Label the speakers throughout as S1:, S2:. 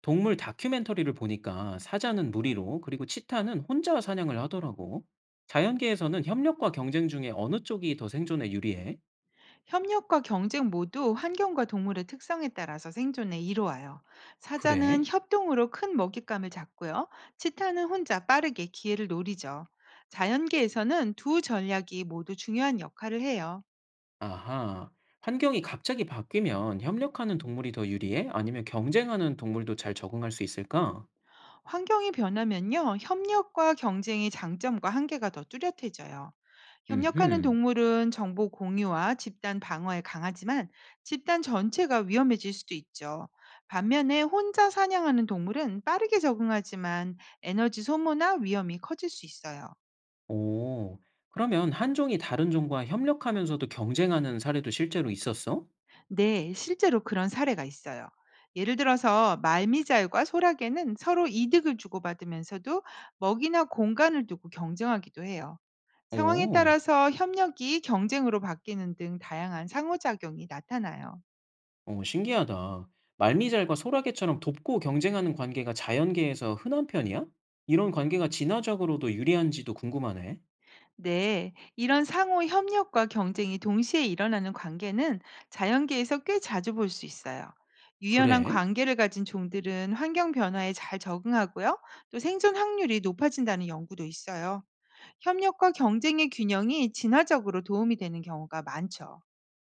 S1: 동물 다큐멘터리를 보니까 사자는 무리로, 그리고 치타는 혼자 사냥을 하더라고. 자연계에서는 협력과 경쟁 중에 어느 쪽이 더 생존에 유리해?
S2: 협력과 경쟁 모두 환경과 동물의 특성에 따라서 생존에 이로와요. 사자는
S1: 그래?
S2: 협동으로 큰 먹잇감을 잡고요. 치타는 혼자 빠르게 기회를 노리죠. 자연계에서는 두 전략이 모두 중요한 역할을 해요.
S1: 아하. 환경이 갑자기 바뀌면 협력하는 동물이 더 유리해? 아니면 경쟁하는 동물도 잘 적응할 수 있을까?
S2: 환경이 변하면요, 협력과 경쟁의 장점과 한계가 더 뚜렷해져요. 협력하는
S1: 음흠.
S2: 동물은 정보 공유와 집단 방어에 강하지만 집단 전체가 위험해질 수도 있죠. 반면에 혼자 사냥하는 동물은 빠르게 적응하지만 에너지 소모나 위험이 커질 수 있어요.
S1: 오. 그러면 한 종이 다른 종과 협력하면서도 경쟁하는 사례도 실제로 있었어?
S2: 네, 실제로 그런 사례가 있어요. 예를 들어서 말미잘과 소라게는 서로 이득을 주고받으면서도 먹이나 공간을 두고 경쟁하기도 해요. 상황에
S1: 오.
S2: 따라서 협력이 경쟁으로 바뀌는 등 다양한 상호작용이 나타나요.
S1: 어 신기하다. 말미잘과 소라게처럼 돕고 경쟁하는 관계가 자연계에서 흔한 편이야? 이런 관계가 진화적으로도 유리한지도 궁금하네.
S2: 네, 이런 상호 협력과 경쟁이 동시에 일어나는 관계는 자연계에서 꽤 자주 볼 수 있어요. 유연한
S1: 그래?
S2: 관계를 가진 종들은 환경 변화에 잘 적응하고요. 또 생존 확률이 높아진다는 연구도 있어요. 협력과 경쟁의 균형이 진화적으로 도움이 되는 경우가 많죠.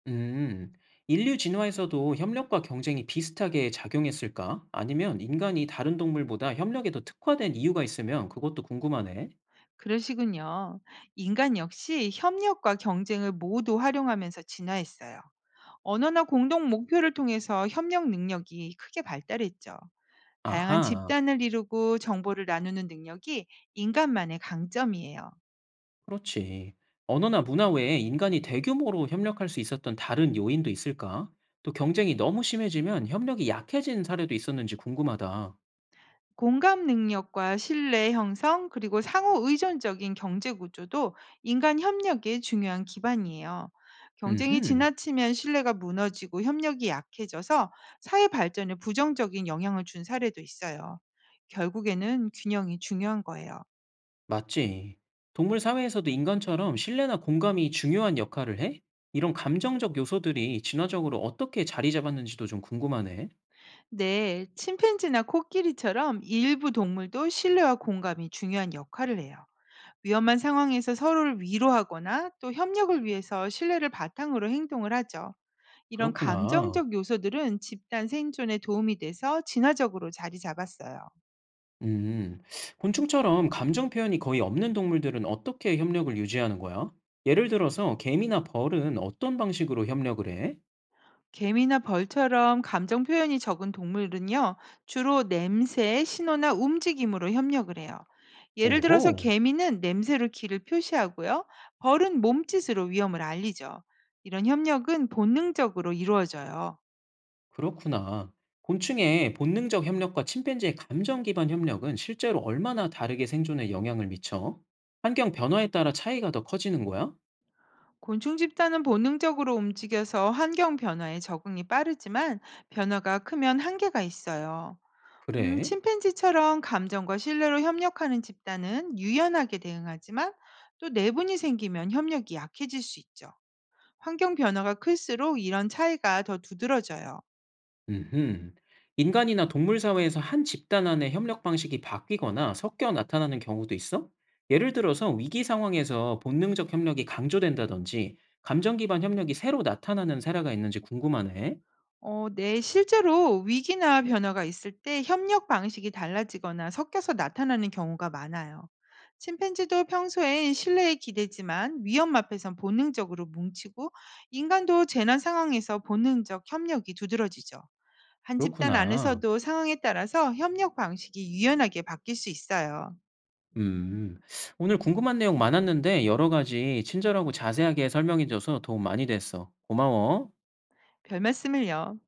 S1: 음. 인류 진화에서도 협력과 경쟁이 비슷하게 작용했을까? 아니면 인간이 다른 동물보다 협력에 더 특화된 이유가 있으면 그것도 궁금하네.
S2: 그러시군요. 인간 역시 협력과 경쟁을 모두 활용하면서 진화했어요. 언어나 공동 목표를 통해서 협력 능력이 크게 발달했죠. 다양한
S1: 아하,
S2: 집단을 이루고 정보를 나누는 능력이 인간만의 강점이에요.
S1: 그렇지. 언어나 문화 외에 인간이 대규모로 협력할 수 있었던 다른 요인도 있을까? 또 경쟁이 너무 심해지면 협력이 약해진 사례도 있었는지 궁금하다.
S2: 공감 능력과 신뢰 형성, 그리고 상호 의존적인 경제 구조도 인간 협력의 중요한 기반이에요. 경쟁이
S1: 음흠.
S2: 지나치면 신뢰가 무너지고 협력이 약해져서 사회 발전에 부정적인 영향을 준 사례도 있어요. 결국에는 균형이 중요한 거예요.
S1: 맞지. 동물 사회에서도 인간처럼 신뢰나 공감이 중요한 역할을 해? 이런 감정적 요소들이 진화적으로 어떻게 자리 잡았는지도 좀 궁금하네.
S2: 네, 침팬지나 코끼리처럼 일부 동물도 신뢰와 공감이 중요한 역할을 해요. 위험한 상황에서 서로를 위로하거나 또 협력을 위해서 신뢰를 바탕으로 행동을 하죠. 이런
S1: 그렇구나.
S2: 감정적 요소들은 집단 생존에 도움이 돼서 진화적으로 자리 잡았어요.
S1: 음. 곤충처럼 감정 표현이 거의 없는 동물들은 어떻게 협력을 유지하는 거야? 예를 들어서 개미나 벌은 어떤 방식으로 협력을 해?
S2: 개미나 벌처럼 감정 표현이 적은 동물은요, 주로 냄새, 신호나 움직임으로 협력을 해요. 예를 들어서
S1: 오호.
S2: 개미는 냄새로 길을 표시하고요, 벌은 몸짓으로 위험을 알리죠. 이런 협력은 본능적으로 이루어져요.
S1: 그렇구나. 곤충의 본능적 협력과 침팬지의 감정 기반 협력은 실제로 얼마나 다르게 생존에 영향을 미쳐? 환경 변화에 따라 차이가 더 커지는 거야?
S2: 곤충 집단은 본능적으로 움직여서 환경 변화에 적응이 빠르지만 변화가 크면 한계가 있어요.
S1: 그래?
S2: 침팬지처럼 감정과 신뢰로 협력하는 집단은 유연하게 대응하지만 또 내분이 생기면 협력이 약해질 수 있죠. 환경 변화가 클수록 이런 차이가 더 두드러져요.
S1: 음흠. 인간이나 동물 사회에서 한 집단 안의 협력 방식이 바뀌거나 섞여 나타나는 경우도 있어? 예를 들어서 위기 상황에서 본능적 협력이 강조된다든지 감정 기반 협력이 새로 나타나는 사례가 있는지 궁금하네.
S2: 네, 실제로 위기나 변화가 있을 때 협력 방식이 달라지거나 섞여서 나타나는 경우가 많아요. 침팬지도 평소엔 신뢰에 기대지만 위험 앞에선 본능적으로 뭉치고 인간도 재난 상황에서 본능적 협력이 두드러지죠. 한 집단
S1: 그렇구나.
S2: 안에서도 상황에 따라서 협력 방식이 유연하게 바뀔 수 있어요.
S1: 음. 오늘 궁금한 내용 많았는데 여러 가지 친절하고 자세하게 설명해 줘서 도움 많이 됐어. 고마워.
S2: 별 말씀을요.